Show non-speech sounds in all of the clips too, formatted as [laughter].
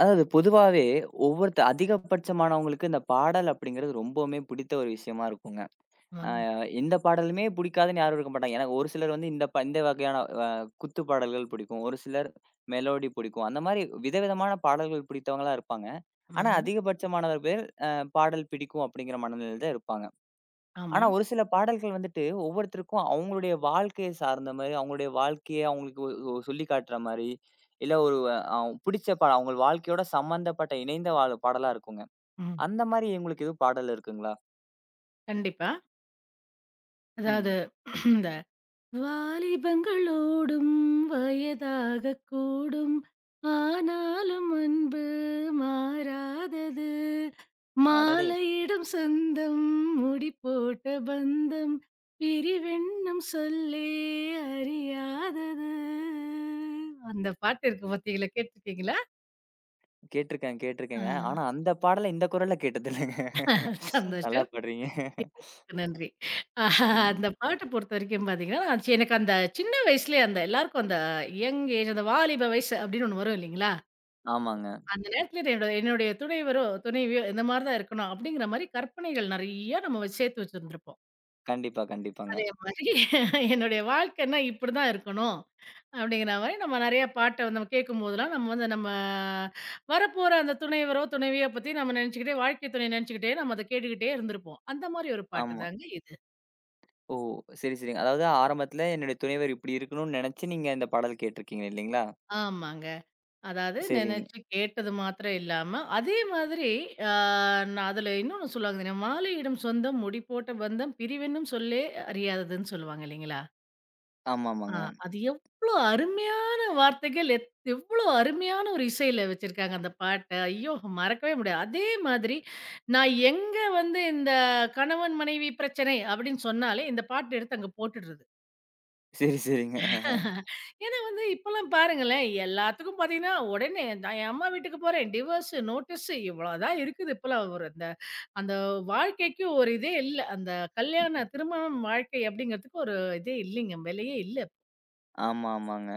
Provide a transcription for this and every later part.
அதாவது பொதுவாவே ஒவ்வொருத்த அதிகபட்சமானவங்களுக்கு இந்த பாடல் அப்படிங்கிறது ரொம்பவுமே பிடித்த ஒரு விஷயமா இருக்குங்க. ஆமாங்க, எந்த பாடலுமே பிடிக்காதுன்னு யாரும் இருக்க மாட்டாங்க. எனக்கு ஒரு சிலர் வந்து இந்த வகையான அ குத்து பாடல்கள் பிடிக்கும். ஒரு சிலர் மெலோடி பிடிக்கும். அந்த மாரி விதவிதமான பாடல்கள் பிடித்தவங்களா இருப்பாங்க. ஆனா ஆமாங்க. அதிகபட்சமானவர் பேர் பாடல் பிடிக்கும் அப்படிங்கிற மனநிலையில தான் இருப்பாங்க. ஆமா. ஆனா, ஒரு சில பாடல்கள் வந்துட்டு ஒவ்வொருத்தருக்கும் அவங்களுடைய வாழ்க்கைய சார்ந்த மாரி, அவங்களுடைய வாழ்க்கைய அவங்களுக்கு ஒ ஒ- சொல்லி காட்டுற மாரி, இல்ல ஒரு அ பிடிச்ச பாடல் அவங்க வாழ்க்கையோட சம்மந்தப்பட்ட இணைந்த பாடலா இருக்குங்க. ம். அந்த மாரி உங்களுக்கு எதுவும் பாடல் இருக்குங்களா? கண்டிப்பா. அதாவது ம். [clears throat] இந்த வாலிபங்களோடும் வயதாகக் கூடும். ஆனாலும் அன்பு மாறாதது. அடடே! மாலையிடும் சொந்தம் முடி போட்ட பந்தம். பிரிவென்னும் சொல்லே அறியாதது. அந்த பாட்டு இருக்கு பாத்தீங்களா? கேட்டுருக்கீங்களா? கேட்டுருக்கேன், கேட்டுருக்கேங்க. ஆ. ஆனா அந்த பாடல இந்த குரல்ல கேட்டதில்லங்க. நல்லா சந்தோஷம். பாடுறீங்க. கேட்டதுக்கு நன்றி. ஆஹ் ம். அந்த பாட்ட பொறுத்தவரைக்கும் பார்த்தீங்கன்னா, எனக்கு அந்த சின்ன வயசுலயே அந்த எல்லாருக்கும் அந்த யங் ஏஜ் அந்த வாலிப வயசு அப்படின்னு ஒண்ணு வரும் இல்லைங்களா? ஆமாங்க. அந்த நேரத்துல என்னோட என்னுடைய துணைவரோ, துணைவியோ இந்த மாரி தான் இருக்கணும் அப்படிங்கிற மாரி கற்பனைகள் நெறைய நம்ம வச்சு சேர்த்து வச்சிருந்திருப்போம். கண்டிப்பா, அதே கண்டிப்பாங்க. மாரி [laughs] என்னுடைய வாழ்க்கைன்னா இப்படிதான் இருக்கணும். அப்படிங்கிற மாரி நம்ம நெறைய பாட்ட வந்து நம்ம கேட்கும்போதெல்லாம் நம்ம வந்து நம்ம வரப்போற அந்த துணைவரோ, துணைவியோ பத்தி நம்ம நெனச்சுக்கிட்டே வாழ்க்கை துணை நெனச்சுக்கிட்டே நம்ம அத கேட்டுக்கிட்டே இருந்திருப்போம். அந்த மாரி ஒரு பாட்டு ஆமா. தாங்க இது. ஓ! சரி, சரிங்க. அதாவது ஆரம்பத்துல என்னுடைய துணைவர் இப்படி இருக்கணும்னு நெனச்சு நீங்க இந்த பாடல் கேட்டுருக்கீங்க இல்லைங்களா? ஆமாங்க. அதாவது சரிங்க. நினைச்சு கேட்டது மாத்திரம் இல்லாம, அதே மாதிரி ஆ நான் அதுல இன்னொன்னு சொல்லுவாங்க தெரியுமா? "மாலையிடும் சொந்தம், முடி போட்ட பந்தம், பிரிவென்னும் சொல்லே அறியாததுன்னு" சொல்லுவாங்க இல்லைங்களா? ஆ ஆமாமாங்க. அது எவ்ளோ அருமையான வார்த்தைகள்! எவ்ளோ அருமையான ஒரு இசையில வச்சிருக்காங்க அந்த பாட்ட. ஐயோ! மறக்கவே முடியாது. அதே மாதிரி நான் எங்க வந்து இந்த கணவன் மனைவி பிரச்சனை அப்படின்னு சொன்னாலே, இந்த பாட்ட எடுத்து அங்க போட்டுடுறது. சரி, சரிங்க. ஏன்னா வந்து இப்பலாம் பாருங்களேன், எல்லாத்துக்கும் பாத்தீங்கன்னா, உடனே நான் என் அம்மா வீட்டுக்கு போறேன். டிவோர்ஸ், நோட்டீஸ் இவ்வளோதான் இருக்குது இப்பலாம். ஒரு அந்த அந்த வாழ்க்கைக்கு ஒரு இதே இல்ல. அந்த கல்யாண திருமணம் வாழ்க்கை அப்படிங்கிறதுக்கு ஒரு இதே இல்லைங்க. விலையே இல்ல. ஆமா, ஆமாங்க.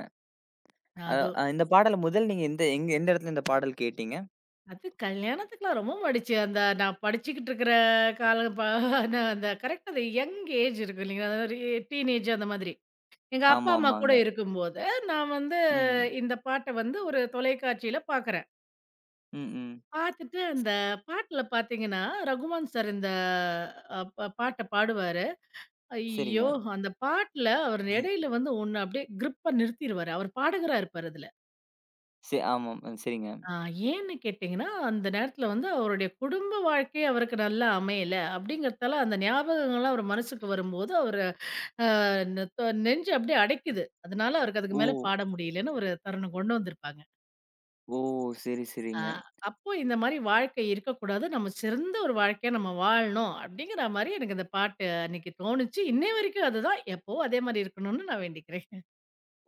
அ அது அ இந்த பாடல முதல் நீங்க எந்த இடத்துல இந்த பாடல் கேட்டீங்க? அது கல்யாணத்துக்குலாம் ரொம்ப மடிச்சு. அந்த நான் படிச்சுக்கிட்டு இருக்கிற காலம். நான் அந்த கரெக்ட்டா அந்த யங் ஏஜ் இருக்கு இல்லைங்களா? ஒரு டீனேஜ் அந்த மாதிரி. எங்க அப்பா, ஆமா, அம்மா கூட ஆமாங்க. இருக்கும்போது, நான் வந்து ம். இந்த பாட்ட வந்து ஒரு தொலைக்காட்சியில பாக்குறேன். ம், ம். பார்த்துட்டு அந்த பாட்டுல பார்த்தீங்கன்னா, ரகுமான் சார் இந்த அ ப பாட்ட பாடுவாரு. ஐயோ! சரிங்க. அந்த பாட்டுல அவர் இடையில வந்து ஒண்ணு அப்படியே கிரிப்பா நிறுத்திருவாரு. அவர் பாடகரா இருப்பாரு அதுல. சே ஆமாம். சரிங்க. ஆ ஏன்னு கேட்டீங்கன்னா, அந்த நேரத்துல வந்து அவருடைய குடும்ப வாழ்க்கை அவருக்கு நல்லா அமையல அப்படிங்கிறதால, அந்த ஞாபகங்கள்லாம் அவர் மனசுக்கு வரும்போது, அவரு அ நெ நெஞ்சு அப்படியே அடைக்குது. அதனால அவருக்கு அதுக்கு ஓ! மேல பாட முடியலன்னு ஒரு தருணம் கொண்டு வந்திருப்பாங்க. ஓ! சரி, ஆ, சரிங்க. அப்போ இந்த மாரி வாழ்க்கை இருக்கக்கூடாது. நம்ம சிறந்த ஒரு வாழ்க்கையா நம்ம வாழணும். அப்படிங்கிற மாரி எனக்கு இந்த பாட்டு அன்னைக்கு தோணுச்சு. இன்னைய வரைக்கும் அதுதான். எப்பவும் அதே மாரி இருக்கணும்னு நான் வேண்டிக்கிறேன்.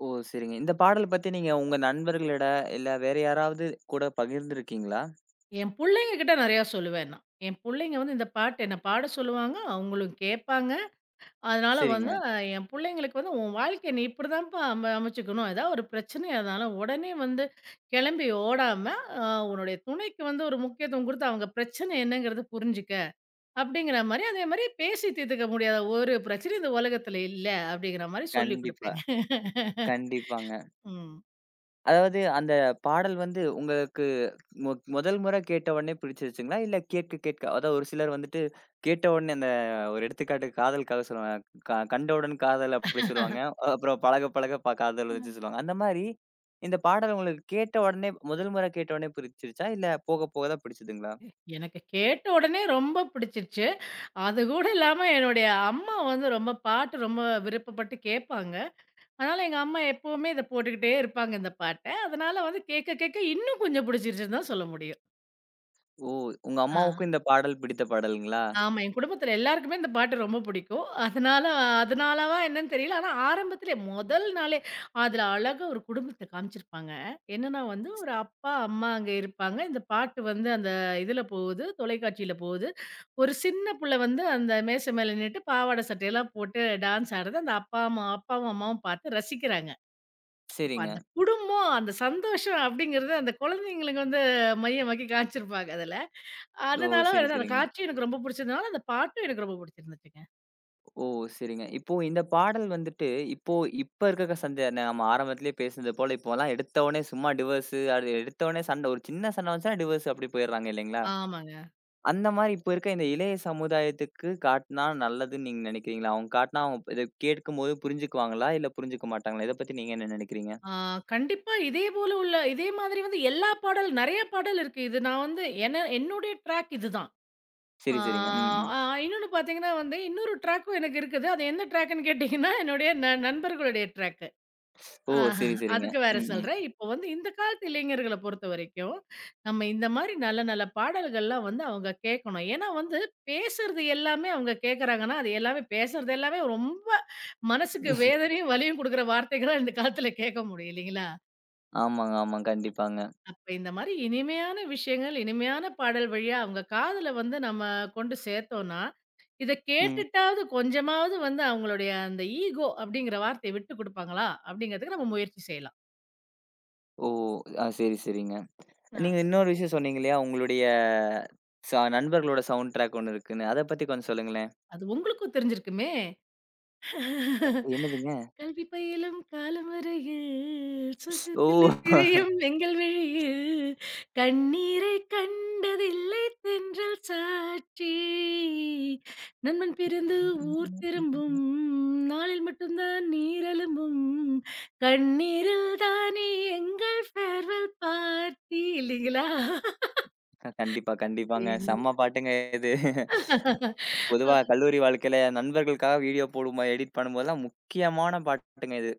ஓ! சரிங்க. இந்த பாடல் பத்தி நீங்க உங்க நண்பர்களிட இல்ல வேற யாராவது கூட பகிர்ந்திருக்கீங்களா? என் புள்ளைங்க கிட்ட நெறையா சொல்லுவேன் நான். என் புள்ளைங்க வந்து இந்த பாட்டு என்ன பாட சொல்லுவாங்க. அவங்களும் கேட்பாங்க. அதனால வந்து சரிங்க. என் புள்ளைங்களுக்கு வந்து உன் வாழ்க்கைய நீ இப்படிதான்ப்பா அமைச்சுக்கணும். ஏதாவது ஒரு பிரச்சனையா இருந்தாலும் உடனே வந்து கிளம்பி ஓடாம, அ உன்னுடைய துணைக்கு வந்து ஒரு முக்கியத்துவம் குடுத்து அவங்க பிரச்சனை என்னங்கிறத புரிஞ்சுக்க. அப்படிங்கிற மாரி, அதே மாரி பேசி தீர்த்துக்க முடியாத ஒரு பிரச்சனையும் இந்த உலகத்துல இல்ல அப்படிங்கிற மாரி சொல்லிக் கண்டிப்பா, குடுப்பேங்க. கண்டிப்பாங்க. ம். அதாவது அந்த பாடல் வந்து உங்க முதல் முறை கேட்ட உடனே பிடிச்சிருச்சுங்களா? இல்ல கேட்க கேட்க அதான் ஒரு சிலர் வந்துட்டு கேட்ட உடனே அந்த ஒரு எடுத்துக்காட்டுக்கு காதலுக்காக சொல்லுவாங்க. கண்டவுடன் காதல் அப்படி சொல்லுவாங்க. அப்புறம் பழக பழக காதல் ம். வச்சு சொல்லுவாங்க. அந்த மாரி இந்த பாடல் உங்களுக்கு கேட்ட உடனே முதல் முறை கேட்ட உடனே பிடிச்சிருச்சா? இல்ல போக போக தான் பிடிச்சதுங்களா? எனக்கு கேட்ட உடனே ரொம்ப பிடிச்சிருச்சு. அது கூட இல்லாம என்னுடைய அம்மா வந்து ரொம்ப பாட்டு ரொம்ப விருப்பப்பட்டு கேட்பாங்க. அதனால எங்க அம்மா எப்பவுமே இத போட்டுக்கிட்டே இருப்பாங்க இந்த பாட்ட. அதனால வந்து கேட்க கேட்க இன்னும் கொஞ்சம் பிடிச்சிருச்சுன்னு தான் சொல்ல முடியும். ஓ! உங்க ஆ. அம்மாவுக்கும் இந்த பாடல் பிடித்த பாடலுங்களா? ஆமா. என் குடும்பத்தில எல்லாருக்குமே இந்த பாட்டு ரொம்ப பிடிக்கும். அதனால அதனாலவா என்னன்னு தெரியல. ஆனா ஆரம்பத்திலே முதல் நாளே அதுல அழகா ஒரு குடும்பத்த காமிச்சிருப்பாங்க. என்னன்னா வந்து ஒரு அப்பா, அம்மா அங்க இருப்பாங்க. இந்த பாட்டு வந்து அந்த இதுல போகுது, தொலைக்காட்சியில போகுது. ஒரு சின்ன புள்ள வந்து அந்த மேசை மேல நின்னுட்டு பாவாடை சட்டையெல்லாம் போட்டு டான்ஸ் ஆடுறத அந்த அப்பா, அம்மா அப்பாவும், அம்மாவும் பார்த்து ரசிக்கிறாங்க. அப்ப சரிங்க. அந்த குடும்பம், அந்த சந்தோஷம் அப்படிங்கிறது அந்த குழந்தைங்களுக்கு வந்து மையமாக்கி காமிச்சிருப்பாங்க அதுல. ஓ! அதனால சரி, எனக்கு அந்த சரிங்க. காட்சி எனக்கு ரொம்ப பிடிச்சதுனால, அந்த பாட்டும் எனக்கு ரொம்ப பிடிச்சிருந்துச்சுங்க. ஓ! சரிங்க. இப்போ இந்த பாடல் வந்துட்டு, இப்போ இப்ப இருக்க சண்ட நம்ம ஆரம்பத்திலேயே பேசுனது போல, இப்போலாம் எடுத்தோனே சும்மா டிவோர்ஸு, அது எடுத்தோனே சண்ட ஒரு சின்ன சண்ட வந்துச்சுனா டிவோர்ஸ் அப்படி போயிடுறாங்க இல்லைங்களா? ஆமாங்க. அந்த மாரி இப்போ இருக்க இந்த இளைய சமுதாயத்துக்கு காட்டுனா நல்லதுன்னு நீங்க நினைக்கிறீங்களா? அவங்க காட்டுனா அவங்க இத கேட்கும்போது புரிஞ்சுக்குவாங்களா? இல்ல புரிஞ்சுக்க மாட்டாங்களா? இத பத்தி நீங்க என்ன நினைக்கிறீங்க? ஆ கண்டிப்பா இதே போல உள்ள இதே மாதிரி வந்து எல்லா பாடல் நெறைய பாடல் இருக்கு. இது நான் வந்து என்ன என்னுடைய ட்ராக் இதுதான். ஆ சரி, சரிங்க. ம், ம். அ இன்னொன்னு பார்த்தீங்கன்னா வந்து, இன்னொரு ட்ராக்கும் எனக்கு இருக்குது. அது என்ன ட்ராக்குன்னு கேட்டீங்கன்னா, என்னுடைய நண்பர்களுடைய ட்ராக். ஓ! ஆ சரி, சரிங்க. அதுக்கு வேற ம், ம். சொல்றேன். இப்போ வந்து இந்த காலத்து இளைஞர்கள பொறுத்தவரைக்கும், நம்ம இந்த மாரி நல்ல நல்ல பாடல்கள்லாம் வந்து அவங்க கேட்கணும். ஏன்னா வந்து பேசுறது எல்லாமே அவங்க கேட்கறாங்கன்னா, அது எல்லாமே பேசுறது எல்லாமே ரொம்ப மனசுக்கு வேதனையும், வலியும் குடுக்குற வார்த்தைகளா இந்த காலத்துல கேட்க முடியும் இல்லைங்களா? ஆமாங்க, ஆமாங்க. கண்டிப்பாங்க. அப்ப இந்த மாரி இனிமையான விஷயங்கள், இனிமையான பாடல் வழியா அவங்க காதுல வந்து நம்ம கொண்டு சேர்த்தோம்னா, இத ம். கேட்டுட்டாவது கொஞ்சமாவது வந்து அவங்களுடைய அந்த ஈகோ அப்படிங்கிற வார்த்தைய விட்டு குடுப்பாங்களா? அப்படிங்கிறதுக்கு நம்ம முயற்சி செய்யலாம். ஓ! ஆ, சரி, சரிங்க. அ. நீங்க இன்னொரு விஷயம் சொன்னீங்க இல்லையா? உங்களுடைய நண்பர்களோட சவுண்ட் ட்ராக் ஒண்ணு இருக்குன்னு. அத பத்தி கொஞ்சம் சொல்லுங்களேன். அது உங்களுக்கும் தெரிஞ்சிருக்குமே! என்னதுங்க? கல்வி பயிலும் காலமறையில், ஓ! சொர்க்கத்திலே திரையும் எங்கள் விழியில், கண்ணீரை கண்டதில்லை தென்றல் சாட்சி. நண்பன் பிரிந்து ஊர் திரும்பும் நாளில் மட்டும்தான் நீர் எழும்பும். கண்ணீரில் தானே எங்கள் ஃபேர்வெல் பார்ட்டி இல்லீங்களா? கண்டிப்பா, கண்டிப்பாங்க. செம்ம பாட்டுங்க இது. பொதுவா கல்லூரி வாழ்க்கையில நண்பர்களுக்காக வீடியோ போடும்போது, எடிட் பண்ணும்போதெல்லாம் முக்கியமான பாட்டுங்க இது.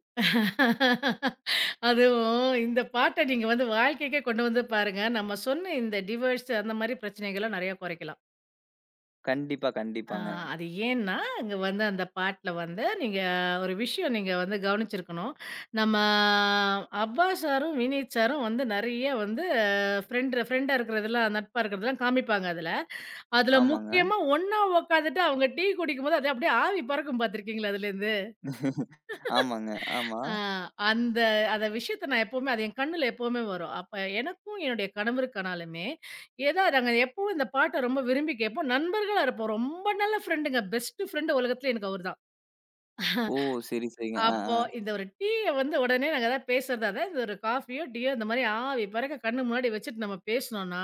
அதுவும் இந்த பாட்ட நீங்க வந்து வாழ்க்கைக்கே கொண்டு வந்து பாருங்க. நம்ம சொன்ன இந்த டிவோர்ஸ் அந்த மாரி பிரச்சனைகள்லாம் நெறைய குறைக்கலாம். கண்டிப்பா, ஆ கண்டிப்பாங்க. அது ஏன்னா, அங்க வந்து அந்த பாட்டுல வந்து நீங்க ஒரு விஷயம் நீங்க வந்து கவனிச்சிருக்கணும். நம்ம அப்பாஸ் சாரும், வினீத் சாரும் வந்து நெறைய வந்து ஃப்ரெண்ட் ஃப்ரெண்டா இருக்கிறதெல்லாம், நட்பா இருக்கிறதெல்லாம் காமிப்பாங்க அதுல. அதுல ஆமாங்க. முக்கியமா ஒண்ணா உட்காந்துட்டு அவங்க டீ குடிக்கும்போது, அது அப்படியே ஆவி பறக்கும் பார்த்துருக்கீங்களா அதுலேருந்து? ஆமாங்க. ஆமா. ஆ அந்த அந்த விஷயத்த நான் எப்பவுமே அது என் கண்ணுல எப்பவுமே வரும். அப்ப எனக்கும் என்னுடைய கணவருக்கானாலுமே, ஏதா நாங்க எப்பவும் இந்த பாட்ட ரொம்ப விரும்பி கேட்போம். நண்பர்களா இருப்போம். ரொம்ப நல்ல ஃப்ரெண்டுங்க. பெஸ்ட் ஃப்ரெண்ட் உலகத்துல எனக்கு அவரு தான். ஓ! சரி, சரிங்க. ஆ, அப்போ ஆ. இந்த ஒரு டீய வந்து உடனே நாங்க ஏதாவது பேசுறதா இருந்தா, இந்த ஒரு காஃபியோ, டீயோ இந்த மாரி ஆவி பறக்க கண்ணு முன்னாடி வச்சுட்டு நம்ம பேசுனோம்னா,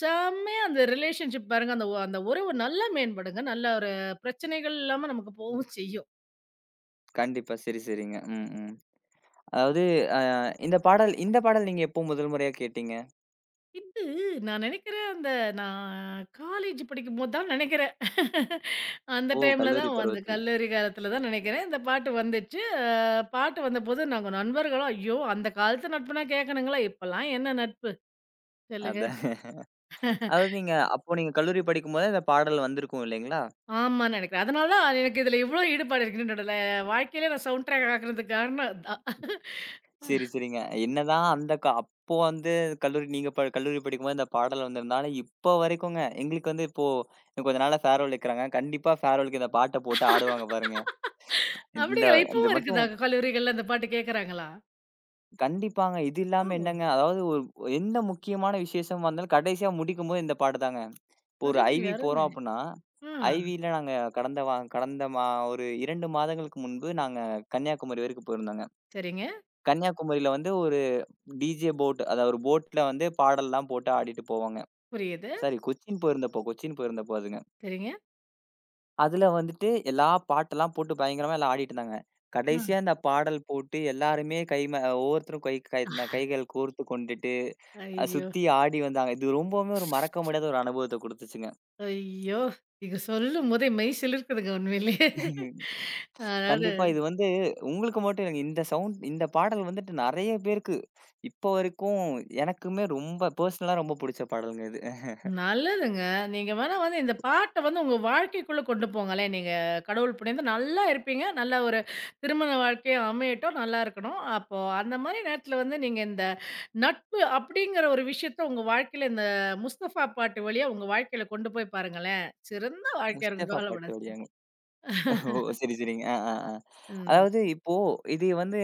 செம்மையா அந்த ரிலேஷன்ஷிப் பாருங்க. அந்த அந்த உறவு நல்லா மேம்படுங்க. நல்ல ஒரு பிரச்சனைகள் இல்லாம நமக்கு போகவும் செய்யும். கண்டிப்பா. சரி, சரிங்க. ம், ம். அதாவது அ இந்த பாடல் நீங்க எப்போ முதல் முறையா கேட்டீங்க? இது நான் நினைக்கிறேன், அந்த நான் காலேஜ் படிக்கும்போது தான் நினைக்கிறேன். [laughs] அந்த ஓ! டைம்ல தான் கல்லூரி அந்த பருவத்தில. கல்லூரி காலத்தில தான் நினைக்கிறேன். இந்த பாட்டு வந்துச்சு. பாட்டு வந்தபோது நாங்க நண்பர்களும், ஐயோ! அந்த காலத்து நட்புனா கேட்கணுங்களா? இப்பலாம் என்ன நட்பு? சொல்லுங்க. அதான். அதாவது நீங்க அப்போ நீங்க கல்லூரி படிக்கும்போதே இந்த பாடல் வந்திருக்கும் இல்லைங்களா? ஆமான்னு நினைக்கிறேன். அதனால தான் எனக்கு இதில இவ்ளோ ஈடுபாடு இருக்குன்னு என்னோட வாழ்க்கையில நான் சவுண்ட் ட்ராக் ஆக்குனதுக்கு காரணம் அதான். சரி, சரிங்க. என்னதான் அந்த அப்போ வந்து கல்லூரி நீங்க ப கல்லூரி படிக்கும்போது இந்த பாடல் வந்ததுனால, இப்போ வரைக்குங்க எங்களுக்கு வந்து இப்போ இன்னும் கொஞ்ச நாள்ல ஃபேர்வெல் வைக்கிறாங்க. கண்டிப்பா ஃபேர்வெலுக்கு இந்த பாட்ட போட்டு ஆடுவாங்க பாருங்க. இந்த அப்படிங்களா? இது இப்பவும் இருக்குதா மட்டும் கல்லூரிகள்ல அந்த பாட்டு கேட்கறாங்களா? கண்டிப்பாங்க. இது ஓ! இல்லாம என்னங்க, அதாவது ஒரு எந்த முக்கியமான விசேஷமா இருந்தாலும் கடைசியா முடிக்கும்போது இந்த பாட்டு தாங்க. இப்போ ஒரு அருமை, ஐவி அருமை. போறோம் அப்புட்ன்னா, ஆ. ஐவில நாங்க கடந்த வா கடந்த மா ஒரு 2 மாதங்களுக்கு முன்பு நாங்க கன்னியாகுமரி வரைக்கும் போயிருந்தோங்க. சரிங்க. கன்னியாகுமரியில வந்து ஒரு டிஜே போட் அதாவது ஒரு போட்ல வந்து பாடல்லாம் போட்டு ஆடிட்டு போவாங்க. புரியுது. சாரி கொச்சின் போயிருந்தப்போ அதுங்க. சரிங்க. அதுல வந்துட்டு எல்லா பாட்டெல்லாம் போட்டு பயங்கரமா எல்லாம் ஆடிட்டு இருந்தாங்க. ஆ. கடைசியா அந்த பாடல் போட்டு எல்லாருமே கை ம ஒவ்வொருத்தரும் கை கை கைகள் கோர்த்து கொண்டுட்டு, ஐயோ! சுத்தி ஆடி வந்தாங்க. இது ரொம்பவுமே ஒரு மறக்க முடியாத ஒரு அனுபவத்த குடுத்துச்சுங்க. ஐயோ! இது சொல்லும்போதே மெய் சிலிர்க்குதுங்க உண்மையிலயே. கண்டிப்பா அதாவது இது வந்து உங்களுக்கு மட்டும் இல்லைங்க. இந்த பாடல் வந்துட்டு நெறைய பேருக்கு இப்போ வரைக்கும் எனக்குமே ரொம்ப பெர்சனலா ரொம்ப புடிச்ச பாடல்ங்க இது. நல்லதுங்க. நீங்க வேணா வந்து இந்த பாட்ட வந்து உங்க வாழ்க்கைக்குள்ள கொண்டு போங்களேன். நீங்க கடவுள் புண்ணியத்துல நல்லா இருப்பீங்க. நல்ல ஒரு திருமண வாழ்க்கையும் அமையட்டும். நல்லா இருக்கணும். அப்போ அந்த மாரி நேரத்துல வந்து நீங்க இந்த நட்பு அப்படிங்கிற ஒரு விஷயத்த உங்க வாழ்க்கையில இந்த முஸ்தஃபா பாட்டு வழியா உங்க வாழ்க்கையில கொண்டு போய் பாருங்களேன். சிறந்த வாழ்க்கையா இருக்கும். முஸ்தஃபா பாட்டு கவலைப்படாதீங்க. வழியாங்க. ஓ! சரி, சரிங்க. ஆ, ஆ, ஆ. ம். அதாவது இப்போ இது வந்து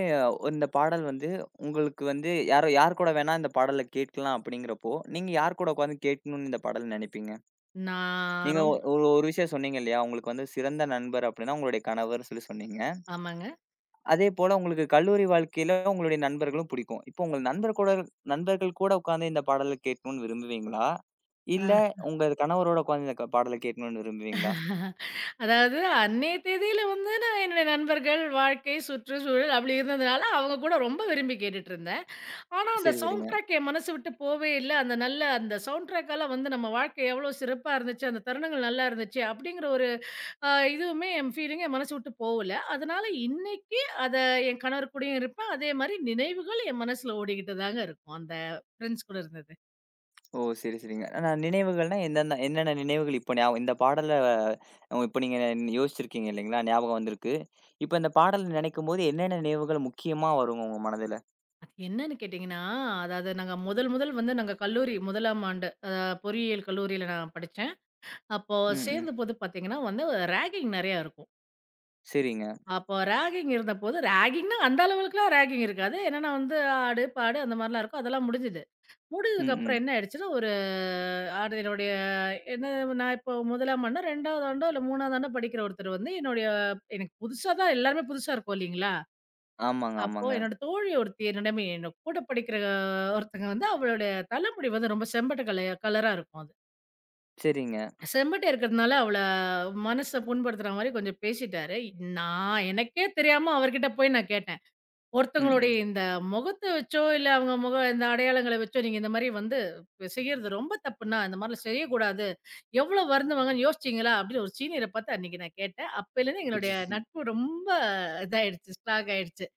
இந்த பாடல் வந்து உங்களுக்கு வந்து யார் கூட வேணா இந்த பாடல கேட்கலாம் அப்படிங்கிறப்போ, நீங்க யார் கூட உட்காந்து கேட்கணும்னு இந்த பாடல் நினைப்பீங்க? நான் நீங்க ரொம் ஒ- ஒரு ஒரு விஷயம் சொன்னீங்க இல்லையா? உங்களுக்கு வந்து சிறந்த நண்பர் அப்படின்னா உங்களுடைய கணவர்ன்னு சொல்லி சொன்னீங்க. ஆமாங்க. அதே போல உங்களுக்கு கல்லூரி வாழ்க்கையில உங்களுடைய நண்பர்களும் புடிக்கும். இப்போ உங்க நண்பர்கள் கூட உட்காந்து இந்த பாடல கேட்கணும்னு விரும்புவீங்களா? ஆ. இல்ல உங்க கணவரோட உட்காந்து இந்த பாடல கேட்கணும்னு விரும்புவீங்களா? அதாவது அன்னைய தேதியில வந்து நான் என்னுடைய நண்பர்கள், வாழ்க்கை, சுற்றுச்சூழல் அப்படி இருந்ததுனால அவங்க கூட ரொம்ப விரும்பி கேட்டுட்டுருந்தேன். ஆனா அந்த சரி, சவுண்ட் சரிங்க. ட்ராக் என் மனசு விட்டு போவே இல்ல. அந்த நல்ல அந்த சவுண்ட் ட்ராக்கால வந்து நம்ம வாழ்க்கை எவ்வளோ சிறப்பா இருந்துச்சு, அந்த தருணங்கள் நல்லா இருந்துச்சு அப்படிங்கிற ஒரு இதுவுமே என் ஃபீலிங் என் மனசு விட்டு போகல. அதனால இன்னைக்கு அத என் கணவர் கூடயும் இருப்பேன். அதே மாரி நினைவுகள் என் மனசுல ஓடிக்கிட்டு தாங்க இருக்கும். அந்த ஃப்ரெண்ட்ஸ் கூட இருந்தது. ஓ! சரி, சரிங்க. ஆனா நினைவுகள்னா எந்தெந்த என்னென்ன நினைவுகள் இப்போ ஞாபகம் இந்த பாடல இப்ப நீங்க யோசிச்சிருக்கீங்க இல்லைங்களா? ஞாபகம் வந்திருக்கு. இப்ப இந்த பாடல் நினைக்கும்போது என்னென்ன நினைவுகள் முக்கியமா வருங்க உங்க மனதுல? அது என்னன்னு கேட்டீங்கன்னா, அதாவது நாங்க முதல் முதல் வந்து நாங்க கல்லூரி 1ஆம் ஆண்டு பொறியியல் கல்லூரியில நான் படிச்சேன். அப்போ ம், ம். சேர்ந்தபோது பார்த்தீங்கன்னா வந்து ராகிங் நெறையா இருக்கும். சரிங்க. அப்போ ராகிங் இருந்தபோது ராகிங்ன்னா அந்த அளவுக்குலாம் ராகிங் இருக்காது. என்னன்னா வந்து ஆடு, பாடு அந்த மாரிலாம் இருக்கும். அதெல்லாம் முடிஞ்சுது. ம், ம். முடிஞ்சதுக்கப்புறம் என்ன ஆயிடுச்சுன்னா, ஒரு அது என்னுடைய என்ன நான் இப்போ 1ஆம் ஆண்டோ, 2வது ஆண்டோ இல்ல 3வது ஆண்டோ படிக்கிற ஒருத்தர் வந்து எனக்கு புதுசா தான் எல்லாருமே புதுசா இருக்கும் இல்லீங்களா? ஆமாங்க, அப்போ ஆமாங்க. என்னோட தோழி ஒருத்தி என்னிடமே என்னோட கூட படிக்கிற ஒருத்தங்க வந்து அவளுடைய தலைமுடி வந்து ரொம்ப செம்பட்ட கலைய கலரா இருக்கும் அது. சரிங்க. செம்பட்ட இருக்கிறதுனால அவள மனச புண்படுத்துற மாரி கொஞ்சம் பேசிட்டாரு. நான் எனக்கே தெரியாம அவர்கிட்ட போய் நான் கேட்டேன். ம், ஒருத்தவங்களுடைய ம். இந்த முகத்த வச்சோ, இல்ல அவங்க முக இந்த அடையாளங்கள வச்சோ, நீங்க இந்த மாரி வந்து இப்ப செய்யறது ரொம்ப தப்புண்ணா. இந்த மாரிலாம் செய்யக்கூடாது. எவ்ளோ வருந்துவாங்கன்னு யோசிச்சீங்களா? அப்படின்னு ஒரு சீனியர பார்த்து அன்னைக்கு நான் கேட்டேன். அப்பைலருந்து எங்களுடைய [laughs] நட்பு ரொம்ப இதாயிடுச்சு. ஸ்ட்ராங் ஆயிடுச்சு.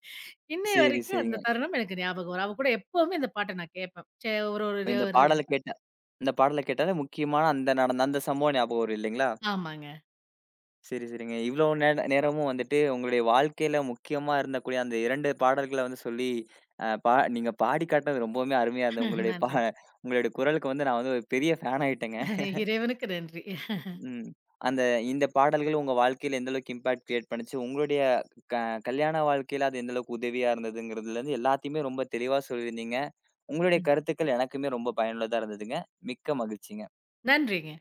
இன்னை சரி, வரைக்கும் சரிங்க. அந்த தருணம் எனக்கு ஞாபகம் வரும். அவ கூட எப்பவுமே இந்த பாட்ட நான் கேட்பேன். சே ஒரு ஒரு இப்ப ஒரு- இந்த பாடல கேட்டாலே முக்கியமான அந்த நடந்த அந்த சம்பவம் ஞாபகம் வரும் இல்லைங்களா? ஆமாங்க. சரி, சரிங்க. இவ்ளோ நேரமும் வந்துட்டு உங்களுடைய வாழ்க்கையில முக்கியமா இருந்தக்கூடிய அந்த 2 பாடல்கள வந்து சொல்லி, அ பா நீங்க பாடி காட்டுனது ரொம்பவுமே அருமையா இருந்தது. நன்றி. உங்களுடைய குரலுக்கு வந்து நான் வந்து ஒரு பெரிய ஃபேன் ஆயிட்டேங்க. இறைவனுக்கு நன்றி. ம். அந்த இந்த பாடல்கள் உங்க வாழ்க்கையில எந்த அளவுக்கு இம்பாக்ட் கிரியேட் பண்ணுச்சு, உங்களுடைய க கல்யாண வாழ்க்கையில அது எந்த அளவுக்கு உதவியா இருந்ததுங்கிறதுலருந்து எல்லாத்தையுமே ரொம்ப தெளிவா சொல்லியிருந்தீங்க. உங்களுடைய கருத்துக்கள் எனக்குமே ரொம்ப பயனுள்ளதா இருந்ததுங்க. மிக்க மகிழ்ச்சிங்க. நன்றிங்க.